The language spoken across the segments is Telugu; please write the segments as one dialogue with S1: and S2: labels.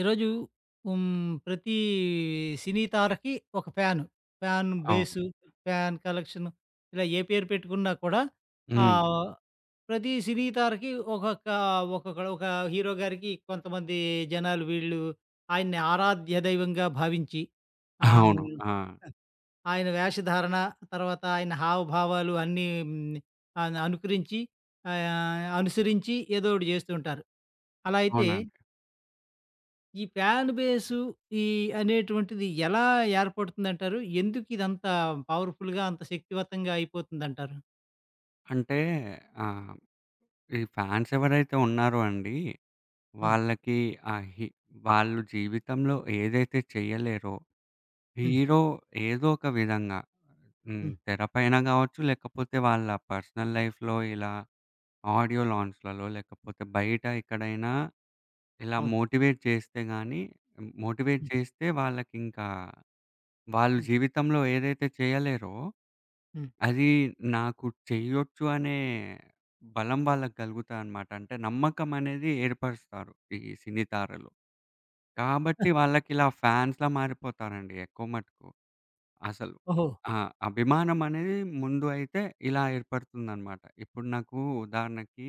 S1: ఈరోజు హ్మ్. ప్రతి సినీ తారకి ఒక ఫ్యాను. ఫ్యాన్
S2: అవును.
S1: బేసు, ఫ్యాన్ కలెక్షను ఇలా ఏ పేరు పెట్టుకున్నా కూడా అవును.
S2: హ్మ్.
S1: ఆహ్, ప్రతి సినీ తారకి ఒకొక్క ఒక్కొక్క ఒక హీరో గారికి కొంతమంది జనాలు వీళ్ళు ఆయన్ని ఆరాధ్య దైవంగా భావించి ఆహ్,
S2: అవును.
S1: హ్మ్.
S2: ఆ!
S1: ఆయన వేషధారణ, తర్వాత ఆయన హావభావాలు అన్నీ హ్మ్. ఆహ్, అనుకరించి ఆహ్, అనుసరించి ఏదో ఒకటి చేస్తూ ఉంటారు. అలా అయితే
S2: అవునండి.
S1: ఈ ఫ్యాన్ బేసు ఈ అనేటువంటిది ఎలా ఏర్పడుతుందంటారు? ఎందుకు ఇదంత పవర్‌ఫుల్‌గా, అంత శక్తివంతంగా అయిపోతుందంటారు?
S2: అంటే ఆహ్, ఈ ఫాన్స్ ఎవరైతే ఉన్నారో అండి,
S1: హ్మ్.
S2: వాళ్ళకి ఆ హి వాళ్ళు జీవితంలో ఏదైతే చేయలేరో,
S1: హ్మ్.
S2: హీరో ఏదో ఒక విధంగా
S1: హ్మ్.
S2: తెరపైన గావచ్చు, లేకపోతే వాళ్ళ పర్సనల్ లైఫ్‌లో ఇలా ఆడియో లాంచ్‌లలో, లేకపోతే బయట ఎక్కడైనా ఇలా
S1: అవును.
S2: మోటివేట్ చేస్తే గాని, మోటివేట్
S1: హ్మ్.
S2: చేస్తే వాళ్ళకింకా వాళ్ళు
S1: హ్మ్.
S2: జీవితంలో ఏదైతే చేయలేరో
S1: హ్మ్.
S2: అది నాకు చేయొచ్చు అనే బలం వాళ్ళకి కలుగుతాదనమాట. అంటే నమ్మకమనేది ఏర్పరుస్తారు ఈ సినీ తారలు. కాబట్టి వాళ్ళకిలా ఫ్యాన్స్‌లా మారిపోతారండి ఎక్కువ మటుకు అసలు.
S1: ఓహో!
S2: ఆ! అభిమానమనేది ముందు అయితే ఇలా ఏర్పడుతుందనమాట. ఇప్పుడు నాకు ఉదాహరణకి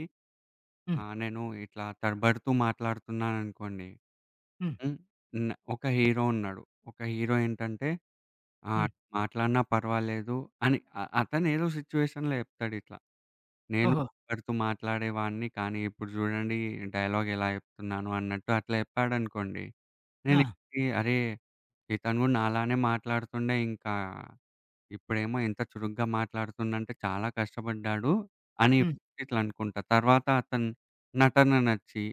S1: హ్మ్.
S2: నేను ఇట్లా తడబడుతూ మాట్లాడుతున్నాననుకోండి.
S1: హ్మ్.
S2: హ్మ్. న ఒక హీరో ఉన్నాడు. ఒక హీరో ఏంటంటే ఆహ్,
S1: హ్మ్.
S2: మాట్లాడినా పర్వాలేదు అని అతనేదో సిచ్యువేషన్‌లో చెప్తాడిట్లా. నేను
S1: ఓహో!
S2: ఎవరితో మాట్లాడేవాడిని. కానీ ఇప్పుడు జూడండి డైలాగ్ ఎలా చెప్తున్నాను అన్నట్టు అట్లా చెప్పాడనుకోండి. నేను
S1: ఆ!
S2: ఎక్కి అరే! ఇతను గూడా నాలానే మాట్లాడుతుండే ఇంకా ఇప్పుడేమో ఇంత చురుగ్గా మాట్లాడుతుండంటే చాలా కష్టపడ్డాడు అని
S1: హ్మ్.
S2: ఇట్లా అనుకుంటా. తర్వాత అతని నటన నచ్చి,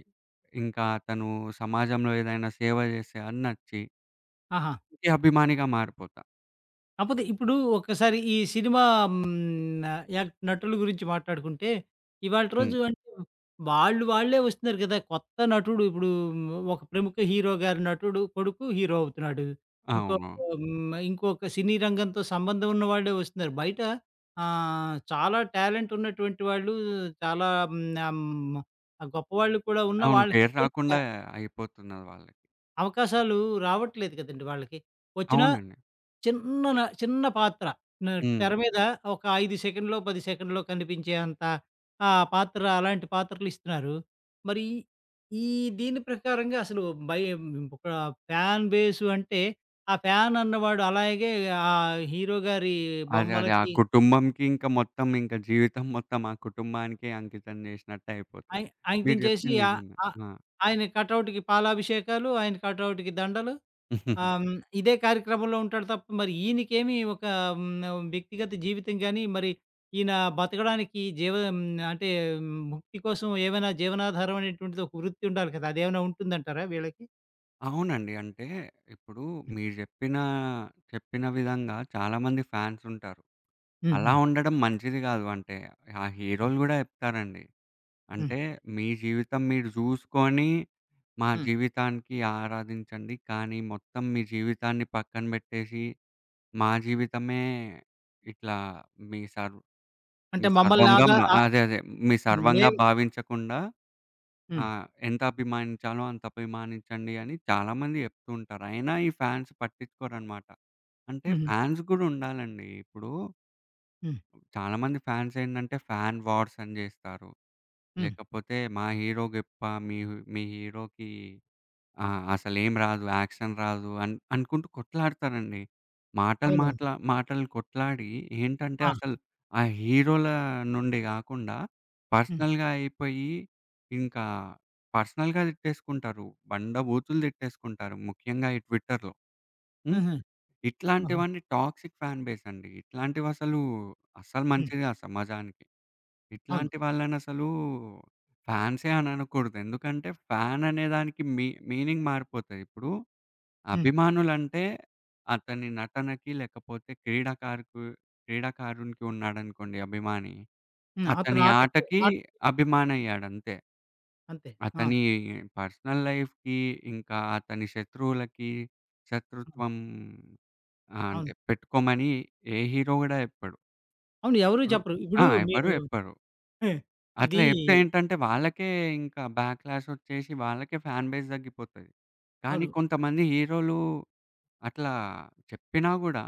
S2: ఇంకా అతను సమాజంలో ఏదైనా సేవ చేస్తే అది నచ్చి
S1: ఆహా!
S2: ఈ అభిమానిగా మారిపోతా.
S1: కాపోతే ఇప్పుడు ఒక్కసారి ఈ సినిమా యాక్ట్ నటుల గురించి మాట్లాడుకుంటే, ఇవాల్టి
S2: హ్మ్.
S1: రోజు అంటే వాళ్ళు వాళ్ళే వస్తున్నారు కదా! కొత్త నటుడు ఇప్పుడు ఒక ప్రముఖ హీరో గారి నటుడు కొడుకు హీరో అవుతున్నాడు. ఇంకో
S2: అవును.
S1: హ్మ్. ఇంకొక సినీ రంగంతో సంబంధం ఉన్నవాళ్ళే వస్తున్నారు. బయట చాలా టాలెంట్ ఉన్నటువంటి వాళ్ళు చాలా హ్మ్. గొప్పవాళ్ళు కూడా ఉన్న
S2: అవును.
S1: వాళ్ళకి
S2: పేరు
S1: ఎటువంటి
S2: రాకుండా అయిపోతున్నది వాళ్ళకి.
S1: అవకాశాలు రావట్లేదు కదండీ వాళ్ళకి. వచ్చినా
S2: అవునండి.
S1: చిన్న పాత్ర. న
S2: హ్మ్.
S1: తెర మీద ఒక 5 సెకన్‌లో, 10 సెకన్‌లో కనిపించే అంత ఆ పాత్ర అలాంటి పాత్రలు ఇస్తున్నారు. మరి ఈ దీని ప్రకారంగా అసలు భయం ఒక ఫ్యాన్ బేస్ అంటే, ఆ ఫ్యాన్ అన్నవాడు అలాగే ఆ హీరో గారి
S2: అదే. అదే. ఆ
S1: బొమ్మలకి
S2: కుటుంబంకి ఇంకా మొత్తం ఇంక జీవితం మొత్తం ఆ కుటుంబానికే అంకితం చేసినట్టు
S1: అం
S2: అయిపోతది. మీరు
S1: అంకితం చేసి
S2: చెప్పింది
S1: ఆహ్,
S2: నిజమే.
S1: ఆహ్,
S2: ఆ!
S1: ఆయన కటౌట్‌కి పాలాభిషేకాలు, ఆయన కటౌట్‌కి దండలు ఆ! హ్మ్. ఇదే కార్యక్రమంలో ఉంటాడు తప్ప మరి ఈయనకేమి ఒక హ్మ్. వ్యక్తిగత జీవితం గాని, మరి ఈయన బతకడానికి జీవ మ్, అంటే మ్, ముక్తి కోసం ఏమైనా జీవనాధారం అనేటువంటిది ఒక వృత్తి ఉండాలి కదా! అదేమైనా ఉంటుందంటారా వీళ్ళకి?
S2: అవునండి. అంటే ఇప్పుడు
S1: హ్మ్.
S2: మీరు చెప్పిన చెప్పిన విధంగా చాలా మంది ఫ్యాన్స్ ఉంటారు.
S1: హ్మ్.
S2: అలా
S1: హ్మ్.
S2: ఉండడం మంచిది గాదు. అంటే ఆ హీరోలు గూడా చెప్తారండి.
S1: హ్మ్.
S2: అంటే మీ జీవితం మీరు జూసుకొని మా
S1: హ్మ్.
S2: జీవితానికి ఆరాధించండి. కానీ మొత్తం మీ జీవితాన్ని పక్కన బెట్టేసి మా జీవితమే ఇట్లా మీ సర్వ్ మీ
S1: అంటే మమ్మల్ని
S2: సర్వంగా
S1: ఆదా
S2: మ
S1: ఆ
S2: అదే. అదే. మీ సర్వంగా
S1: మేం
S2: భావించకుండా
S1: హ్మ్.
S2: ఎంత అభిమానించాలో అంత అభిమానించండి అని చాలామంది చెప్తూ ఉంటారు. అయినా ఈ ఫ్యాన్స్ పట్టించుకోరనమాట. అంటే
S1: హుహు.
S2: ఫ్యాన్స్ గూడా ఉండాలండి. ఇప్పుడు
S1: హ్మ్.
S2: చాలామంది ఫ్యాన్స్ ఏంటంటే ఫ్యాన్ వార్స్ అని జేస్తారు.
S1: హ్మ్.
S2: లేకపోతే మా హీరో గొప్ప, మీ మీ హీరోకి ఆ! అసలేం రాదు, యాక్షన్ రాదు అనుకుంటూ కొట్లాడతారండి.
S1: అవునవును.
S2: మాటలు కొట్లాడి ఏంటంటే
S1: ఆ!
S2: అసలు ఆ హీరోల నుండి గాకుండా
S1: హ్మ్.
S2: పర్సనల్‌గా అయిపోయి ఇంకా పర్సనల్‌గా తిట్టేసుకుంటారు. బండబూతులు తిట్టేసుకుంటారు. ముఖ్యంగా ఈ ట్విట్టర్‌లో. హ్మ్.
S1: హుహు. ఓహో!
S2: ఇట్లాంటివన్నీ టాక్సిక్ ఫ్యాన్ బేస్ అండి. ఇట్లాంటివసలు అస్సలు
S1: హ్మ్.
S2: మంచిది గాదు సమాజానికి.
S1: అవును.
S2: ఇట్లాంటి వాళ్ళనసలు ఫ్యాన్సే అని అనకూడదు. ఎందుకంటే ఫ్యాన్ అనే దానికి మీ మీనింగ్ మారిపోతది. ఇప్పుడు
S1: హ్మ్.
S2: అభిమానులంటే అతని నటనకి లేకపోతే క్రీడాకారుకు క్రీడాకారునికి ఉన్నాడనుకోండి అభిమాని.
S1: హ్మ్. అతను
S2: అతని
S1: ఆటకి
S2: ఆటకి
S1: ఆట
S2: అభిమానయ్యాడంతే.
S1: అంతే. ఆ!
S2: అతని పర్సనల్ లైఫ్‌కి ఇంకా అతని శత్రువులకి
S1: అవును.
S2: శత్రుత్వం అంటే
S1: అవును.
S2: పెట్టుకోమని ఏ హీరో గూడా చెప్పడు.
S1: అవును. ఎవరు
S2: ఇప్పుడు
S1: చెప్పరు.
S2: ఆ!
S1: ఇప్పుడు
S2: ఎవ్వరు
S1: మీరు
S2: చెప్పరు.
S1: హే,
S2: అట్లా
S1: ఇది
S2: చెప్తే ఏంటంటే వాళ్ళకే ఇంకా బ్యాక్‌లాష్ ఒచ్చేసి వాళ్ళకే ఫ్యాన్ బేస్ తగ్గిపోతది. కానీ
S1: అవును.
S2: కొంతమంది హీరోలు అట్లా చెప్పినా గూడా,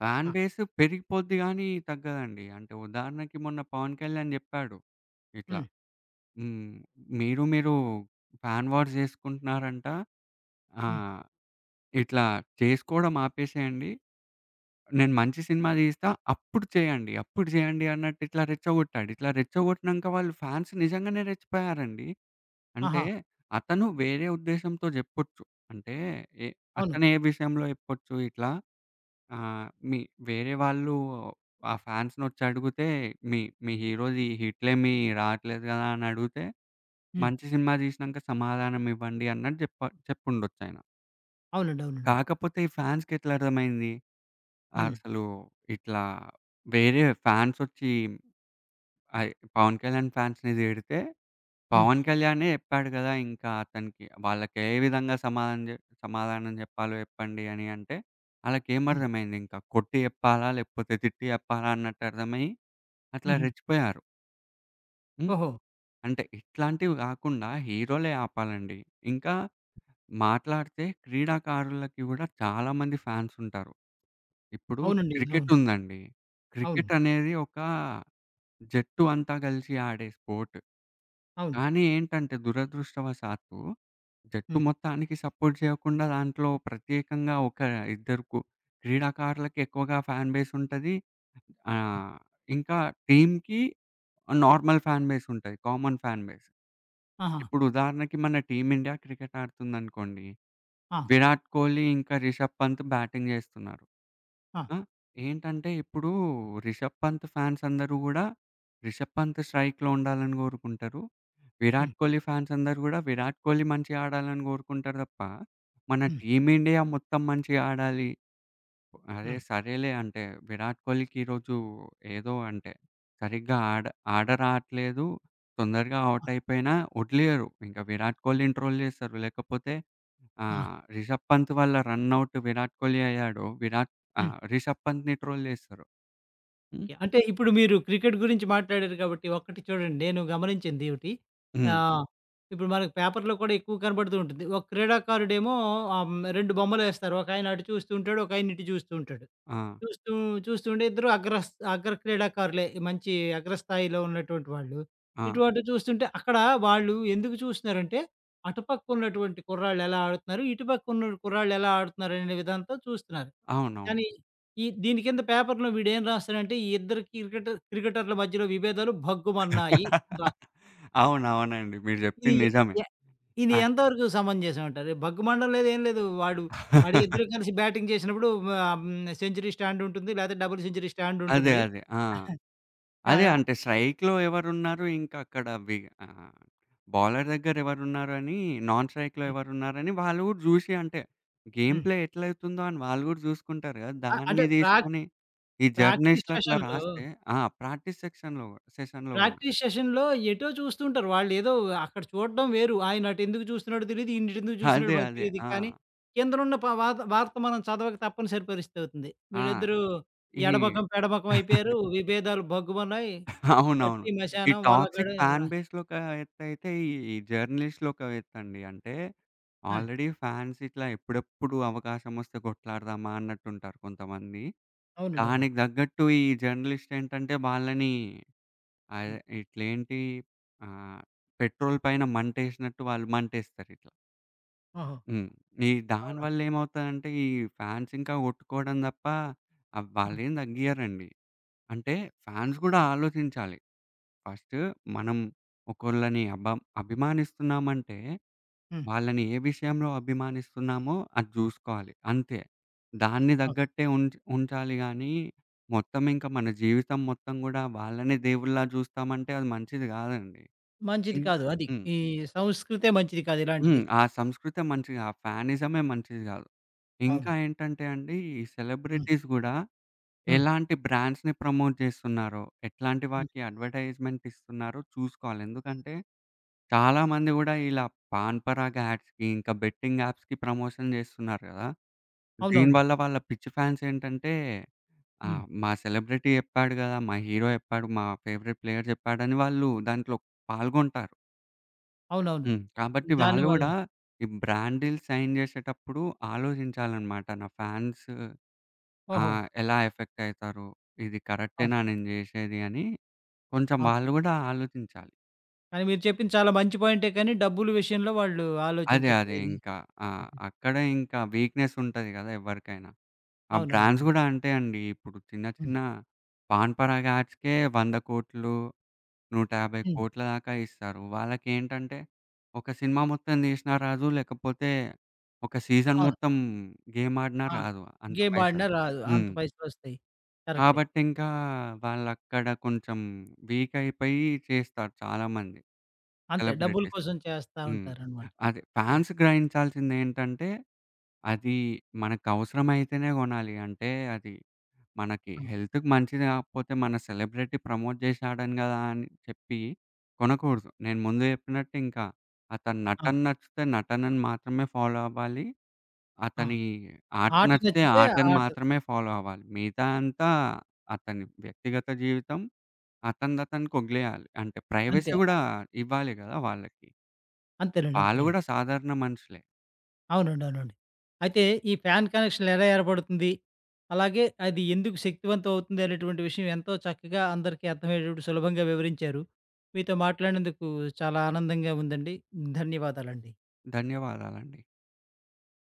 S2: ఫ్యాన్
S1: ఆ!
S2: బేస్ పెరిగిపోద్ది గానీ తగ్గదండి. అంటే ఉదాహరణకి మొన్న 'పవన్ కళ్యాణ్' జెప్పాడు ఇట్లా,
S1: హ్మ్.
S2: హ్మ్. మీరు మీరు ఫ్యాన్ వార్స్ జేసుకుంటున్నారంట.
S1: హ్మ్.
S2: ఆహ్, ఇట్లా చేసుకోవడం ఆపేసేయండి. నేను మంచి సినిమా దీస్తా అప్పుడు చేయండి. అప్పుడు జేయండి అన్నట్టు ఇట్లా రెచ్చగొట్టాడు. ఇట్లా రెచ్చగొట్టినంక వాళ్ళు ఫ్యాన్స్ నిజంగానే రెచ్చిపోయారండి. అంటే
S1: ఆహా!
S2: అతను వేరే ఉద్దేశ్యంతో జెప్పొచ్చు. అంటే ఏ
S1: అవును.
S2: అతను ఏ విషయంలో జెప్పొచ్చు ఇట్లా ఆ! మీ వేరే వాళ్ళు ఆ ఫాన్స్‌నొచ్చి అడిగితే, మీ మీ హీరోది హిట్లేమి రాట్లేదు గదా! అని అడిగితే,
S1: హ్మ్.
S2: మంచి సినిమా తీసినాంక సమాధానం ఇవ్వండి అన్నట్టు చెప్పుండొచ్చాయన.
S1: అవునండి. అవునండి.
S2: కాకపోతే ఈ ఫ్యాన్స్‌కి ఎట్లా అర్థమైంది?
S1: హ్మ్.
S2: అసలు ఇట్లా వేరే ఫ్యాన్సొచ్చి ఆహ్, పవన్ కళ్యాణ్ ఫ్యాన్స్‌ని తిడితే
S1: హ్మ్.
S2: పవన్ కళ్యాణే చెప్పాడు గదా! ఇంకా అతనికి. వాళ్ళకి ఏ విధంగా సమాధానం జెప్పాలో జెప్పండి అని అంటే, ఆళ్ళకేం
S1: హ్మ్.
S2: అర్థమైంది ఇంకా కొట్టి జెప్పాలా? లేకపోతే తిట్టి జెప్పాలా? అన్నట్టు అర్థమయ్యి అట్లా
S1: హుహు.
S2: రెచ్చిపోయారు. హ్మ్.
S1: ఓహో!
S2: అంటే ఇట్లాంటివి గాకుండా హీరోలే ఆపాలండి. ఇంకా మాట్లాడితే క్రీడాకారులకి గూడా చాలా మంది ఫ్యాన్స్ ఉంటారు. ఇప్పుడు
S1: అవునండి.
S2: క్రికెట్
S1: అవును.
S2: ఉందండి.
S1: అవును.
S2: క్రికెట్ అనేది ఒక జట్టు అంతా గలిసి ఆడే స్పోర్ట్.
S1: అవును.
S2: కానీ ఏంటంటే దురదృష్టవశాత్తు జట్టు
S1: హ్మ్.
S2: మొత్తానికి సపోర్ట్ చేయకుండా దాంట్లో ప్రత్యేకంగా ఒక ఇద్దరు కు క్రీడాకారులకి ఎక్కువగా ఫ్యాన్ బేస్ ఉంటది.
S1: హ్మ్.
S2: ఆహ్, ఇంకా టీమ్‌కి నార్మల్ ఫ్యాన్ బేస్ ఉంటది. Common fan base.
S1: ఆహా!
S2: ఇప్పుడు ఉదాహరణకి మన టీమ్ ఇండియా క్రికెట్ ఆడుతుందనుకోండి.
S1: ఆ!
S2: విరాట్ కోహ్లీ ఇంకా రిషబ్ పంత్ బ్యాటింగ్ చేస్తున్నారు.
S1: ఆ!
S2: ఆ! ఏంటంటే ఇప్పుడు రిషబ్ పంత్ ఫ్యాన్స్ అందరూ గూడా రిషబ్ పంత్ స్ట్రైక్‌లో ఉండాలని గోరుకుంటారు. విరాట్
S1: హ్మ్.
S2: కోహ్లీ ఫ్యాన్స్ అందరూ గూడా విరాట్ కోహ్లీ మంచిగా ఆడాలని గోరుకుంటారు తప్ప, మన
S1: హ్మ్.
S2: టీమ్ ఇండియా మొత్తం మంచిగా ఆడాలి. అరే!
S1: హ్మ్.
S2: సరేలే అంటే విరాట్ కోహ్లీకి ఈరోజు ఏదో అంటే సరిగ్గా ఆడ ఆట రాట్లేదు. తొందరగా
S1: ఆ!
S2: ఔట్ అయిపోయినా వదిలియరు. ఇంకా విరాట్ కోహ్లీని ట్రోల్ చేస్తారు. లేకపోతే
S1: ఆ!
S2: రిషబ్ పంత్ వల్ల రన్ ఔట్ విరాట్ కోహ్లీ అయ్యాడు. ఆ!
S1: హ్మ్.
S2: రిషబ్ పంత్‌ని ట్రోల్ చేస్తారు. హ్మ్.
S1: ఓకే. అంటే ఇప్పుడు మీరు క్రికెట్ గురించి మాట్లాడారు కాబట్టి ఒక్కటి చూడండి నేను గమనించింది ఒకటి.
S2: హ్మ్.
S1: ఆహ్, ఇప్పుడు మనకు పేపర్‌లో కూడా ఎక్కువ కనబడుతూ ఉంటుంది. ఒక క్రీడాకారుడేమో 2 బొమ్మలేస్తారు. ఒకాయన అటు చూస్తూ ఉంటాడు. ఒకాయన ఇటు చూస్తూ ఉంటాడు.
S2: ఆ!
S1: చూస్తూ చూస్తుంటే ఇద్దరు అగ్ర క్రీడాకారులే మంచి అగ్రస్థాయిలో ఉన్నటువంటి వాళ్ళు.
S2: ఆ!
S1: ఇటువటు చూస్తుంటే అక్కడ వాళ్ళు ఎందుకు చూస్తున్నారంటే అటుపక్క ఉన్నటువంటి కుర్రాళ్ళు ఎలా ఆడుతున్నారు? ఇటుపక్క ఉన్న కుర్రాళ్ళు ఎలా ఆడుతున్నారు? అనే విధానంతో చూస్తున్నారు.
S2: అవునవును.
S1: కానీ ఈ దీని కింద పేపర్‌లో వీడేం రాస్తాడంటే, ఈ ఇద్దరు క్రికెటర్ల మధ్యలో విభేదాలు భగ్గుమన్నాయి అని రాస్
S2: అవునవునండి. మీరు
S1: ఇది
S2: చెప్పింది
S1: ఎ
S2: నిజమే.
S1: ఎ- ఇది
S2: ఆ!
S1: ఎంతవరకు సమంజసం అంటారు? భగ్గుమనడం లేదు, ఏం లేదు. వాడి ఇద్దరు కలిసి బ్యాటింగ్ చేసినప్పుడు సెంచరీ స్టాండ్ ఉంటుంది. లేకపోతే డబుల్ సెంచరీ స్టాండ్
S2: అదే.
S1: ఉంటుంది.
S2: అదే. ఆ! అదే
S1: కాగా
S2: అంటే స్ట్రైక్‌లో ఎవరున్నారు, ఇంకా అక్కడ వి ఆహ్, బౌలర్ దగ్గర ఎవరున్నారని, నాన్ స్ట్రైక్‌లో
S1: హ్మ్.
S2: ఎవరున్నారని వాళ్ళు గూడా జూసి అంటే, గేమ్
S1: హ్మ్.
S2: ప్లే ఎట్లయితుందో అని వాళ్ళు గూడా జూసుకుంటారు గదా!
S1: అంటే
S2: దాన్ని దీసుకొని ఈ
S1: ప్రాక్టీస్
S2: జర్నలిస్ట్‌లు అట్లా
S1: సెషన్‌లో
S2: రాస్తే ఆ! ప్రాక్టీస్ సెక్షన్‌లో సెషన్‌లో గూడా.
S1: ప్రాక్టీస్ సెషన్‌లో ఎటో చూస్తుంటారు. వాళ్ళేదో అక్కడ చూడడం వేరు. ఆయనటెందుకు చూస్తున్నాడో తెలీదు. ఈయనటెందుకు చూస్తున్నాడో
S2: అదే.
S1: మనకు
S2: అదే.
S1: తెలీదు.
S2: ఆ!
S1: కానీ కిందనున్న ప వాత వార్త మనం చదవక తప్పనిసరి పరిస్థితి అవుతుంది.
S2: ఆ!
S1: వీళ్ళిద్దరూ
S2: ఈ
S1: ఎడమకం, పెడమకం అయిపోయారు. విభేదాలు భగ్గుమన్నాయి.
S2: అవునవును.
S1: వట్టి
S2: ఈ
S1: మశానం వాళ్ళకాడ
S2: టాక్సిక్ ఫ్యాన్
S1: రా
S2: బేస్‌లో ఒక ఎత్తయితే, ఈ జర్నలిస్ట్‌లు ఒక ఎత్తండి. అంటే
S1: ఆ!
S2: ఆల్రెడీ ఫ్యాన్స్ ఇట్లా ఎప్పుడెప్పుడు అవకాశమొస్తే కొట్లాడదామా అన్నట్టుంటారు కొంతమంది.
S1: అవునండి. అవునండి.
S2: దానికి తగ్గట్టు ఈ జర్నలిస్ట్ ఏంటంటే, వాళ్ళని ఆహ్,
S1: హ్మ్.
S2: ఇట్లేంటి ఆహ్, పెట్రోల్ పైన మంటేసినట్టు వాళ్ళు మంటేస్తారిట్లా.
S1: ఓహో!
S2: హ్మ్. ఈ
S1: అవునా?
S2: దానివల్ల ఏమవుతదంటే, ఈ ఫ్యాన్స్ ఇంకా కొట్టుకోవడం తప్ప
S1: హ్మ్.
S2: వాళ్ళేం తగ్గియరండి. అంటే ఫ్యాన్స్ గూడా
S1: ఆ!
S2: ఆలోచించాలి. ఫస్ట్ మనం ఒకళ్ళని అభిమానిస్తున్నామంటే,
S1: హ్మ్.
S2: వాళ్ళని ఏ విషయంలో అభిమానిస్తున్నామో అది జూసుకోవాలి అంతే. దాన్ని
S1: అవును.
S2: తగ్గట్టే ఉంచాలి గానీ, మొత్తం ఇంక మన జీవితం మొత్తం గూడా వాళ్ళనే దేవుళ్ళలా జూస్తామంటే అది మంచిది గాదండి. ఇం
S1: మంచిది కాదు అది.
S2: హ్మ్.
S1: ఈ సంస్కృతే మంచిది కాదు
S2: హ్మ్.
S1: ఇలాంటిది.
S2: ఆ సంస్కృతే మంచిది ఆ ఫ్యానిజమే మంచిది గాదు. ఇంకా
S1: అవును.
S2: ఏంటంటే అండి, ఈ
S1: హ్మ్.
S2: సెలబ్రిటీస్ గూడా
S1: హ్మ్.
S2: ఎలాంటి బ్రాండ్స్‌ని ప్రమోట్ జేస్తున్నారో, ఎట్లాంటి
S1: హ్మ్.
S2: వాటికి అడ్వర్‌టైజ్‌మెంట్ ఇస్తున్నారో చూసుకోవాలి. ఎందుకంటే చాలామంది గూడా ఇలా పాన్ పరాగ యాడ్స్‌కి, ఇంకా బెట్టింగ్ యాప్స్‌కి ప్రమోషన్ జేస్తున్నారు గదా!
S1: అవునవును.
S2: దీనివల్ల వాళ్ళ పిచ్చి ఫ్యాన్స్ ఏంటంటే, ఆ!
S1: హ్మ్.
S2: మా సెలబ్రిటీ జెప్పాడు గదా! మా హీరో జెప్పాడు, మా ఫేవరెట్ ప్లేయర్ జెప్పాడని వాళ్ళు దాంట్లో పాల్గొంటారు.
S1: అవునవును.
S2: హ్మ్. కాబట్టి వాళ్ళు
S1: దానివల్ల
S2: గూడా ఈ బ్రాండ్ డీల్స్ సైన్ జేసేటప్పుడు ఆలోచించాలనమాట. నా ఫ్యాన్స్ ఆ!
S1: ఓహో!
S2: ఎలా ఎఫెక్ట్ అయితారు? ఇది
S1: అవును.
S2: కరెక్టేనా నేను జేసేది అని కొంచెం
S1: అవును.
S2: వాళ్ళు గూడా ఆలోచించాలి.
S1: కానీ మీరు చెప్పింది చాలా మంచి పాయింటే కానీ డబ్బులు విషయంలో వాళ్ళు
S2: అదే. అదే.
S1: ఆలోచించట్లేదు.
S2: ఇంకా. ఆ! అక్కడే ఇంకా వీక్‌నెస్ ఉంటది గదా! ఎవరికైనా. ఆ
S1: అవునవును.
S2: బ్రాండ్స్ గూడా అంతే అండి. ఇప్పుడు చిన్న
S1: హ్మ్.
S2: చిన్న పాన్ పరాగ్ యాడ్స్‌కే 100,00,00,000,
S1: హ్మ్.
S2: 150,00,00,000 దాకా ఇస్తారు. వాళ్ళకేంటంటే ఒక సినిమా మొత్తం తీసినా రాదు, లేకపోతే ఒక సీజన్
S1: అవును.
S2: మొత్తం గేమ్ ఆడినా
S1: ఆ!
S2: రాదు అంత
S1: గేమ్ ఆడినా
S2: పైసలు.
S1: రాదు. అంత
S2: హ్మ్.
S1: పైసలొస్తాయి. కరెక్టే.
S2: కాబట్టి ఇంకా వాళ్ళక్కడ కొంచెం వీక్ అయిపోయి చేస్తారు చాలామంది
S1: అంతే డబ్బుల
S2: సెలబ్రిటీస్.
S1: కోసం చేస్తా
S2: హ్మ్.
S1: ఉంటారనమాట.
S2: అదే.
S1: ఆ!
S2: ఫాన్స్ గ్రహించాల్సిందేంటంటే అది మనకవసరమైతేనే గొనాలి. అంటే అది మనకి
S1: ఆ!
S2: హెల్త్‌కి మంచిది గాకపోతే మన సెలబ్రిటీ ప్రమోట్ జేశాడని గదా! అని చెప్పి కొనకూడదు. నేను ముందు జెప్పినట్టు ఇంకా అతని
S1: ఆ!
S2: నటన నచ్చితే నటనని మాత్రమే ఫాలో అవ్వాలి.
S1: ఆ!
S2: అతని ఆట
S1: ఆట
S2: నచ్చితే
S1: నచ్చితే
S2: ఆటని
S1: ఆట.
S2: మాత్రమే ఫాలో అవ్వాలి. మిగతా అంతా అతని వ్యక్తిగత జీవితం అతనిదతనికి వదిలేయాలి. అంటే ప్రైవసీ
S1: అంతే.
S2: గూడా ఇవ్వాలి గదా! వాళ్ళకి.
S1: అంతేనండి.
S2: వాళ్ళు
S1: అంతేనండి.
S2: గూడా సాధారణ మనుషులే.
S1: అవునండి. అవునండి. అయితే ఈ ఫ్యాన్ కనెక్షన్ ఎలా ఏర్పడుతుంది? అలాగే అది ఎందుకు శక్తివంతం అవుతుంది అనేటువంటి విషయం ఎంతో చక్కగా అందరికీ అర్థమయ్యేటట్టు సులభంగా వివరించారు. మీతో మాట్లాడినందుకు చాలా ఆనందంగా ఉందండి. ధన్యవాదాలండి.
S2: ధన్యవాదాలండి.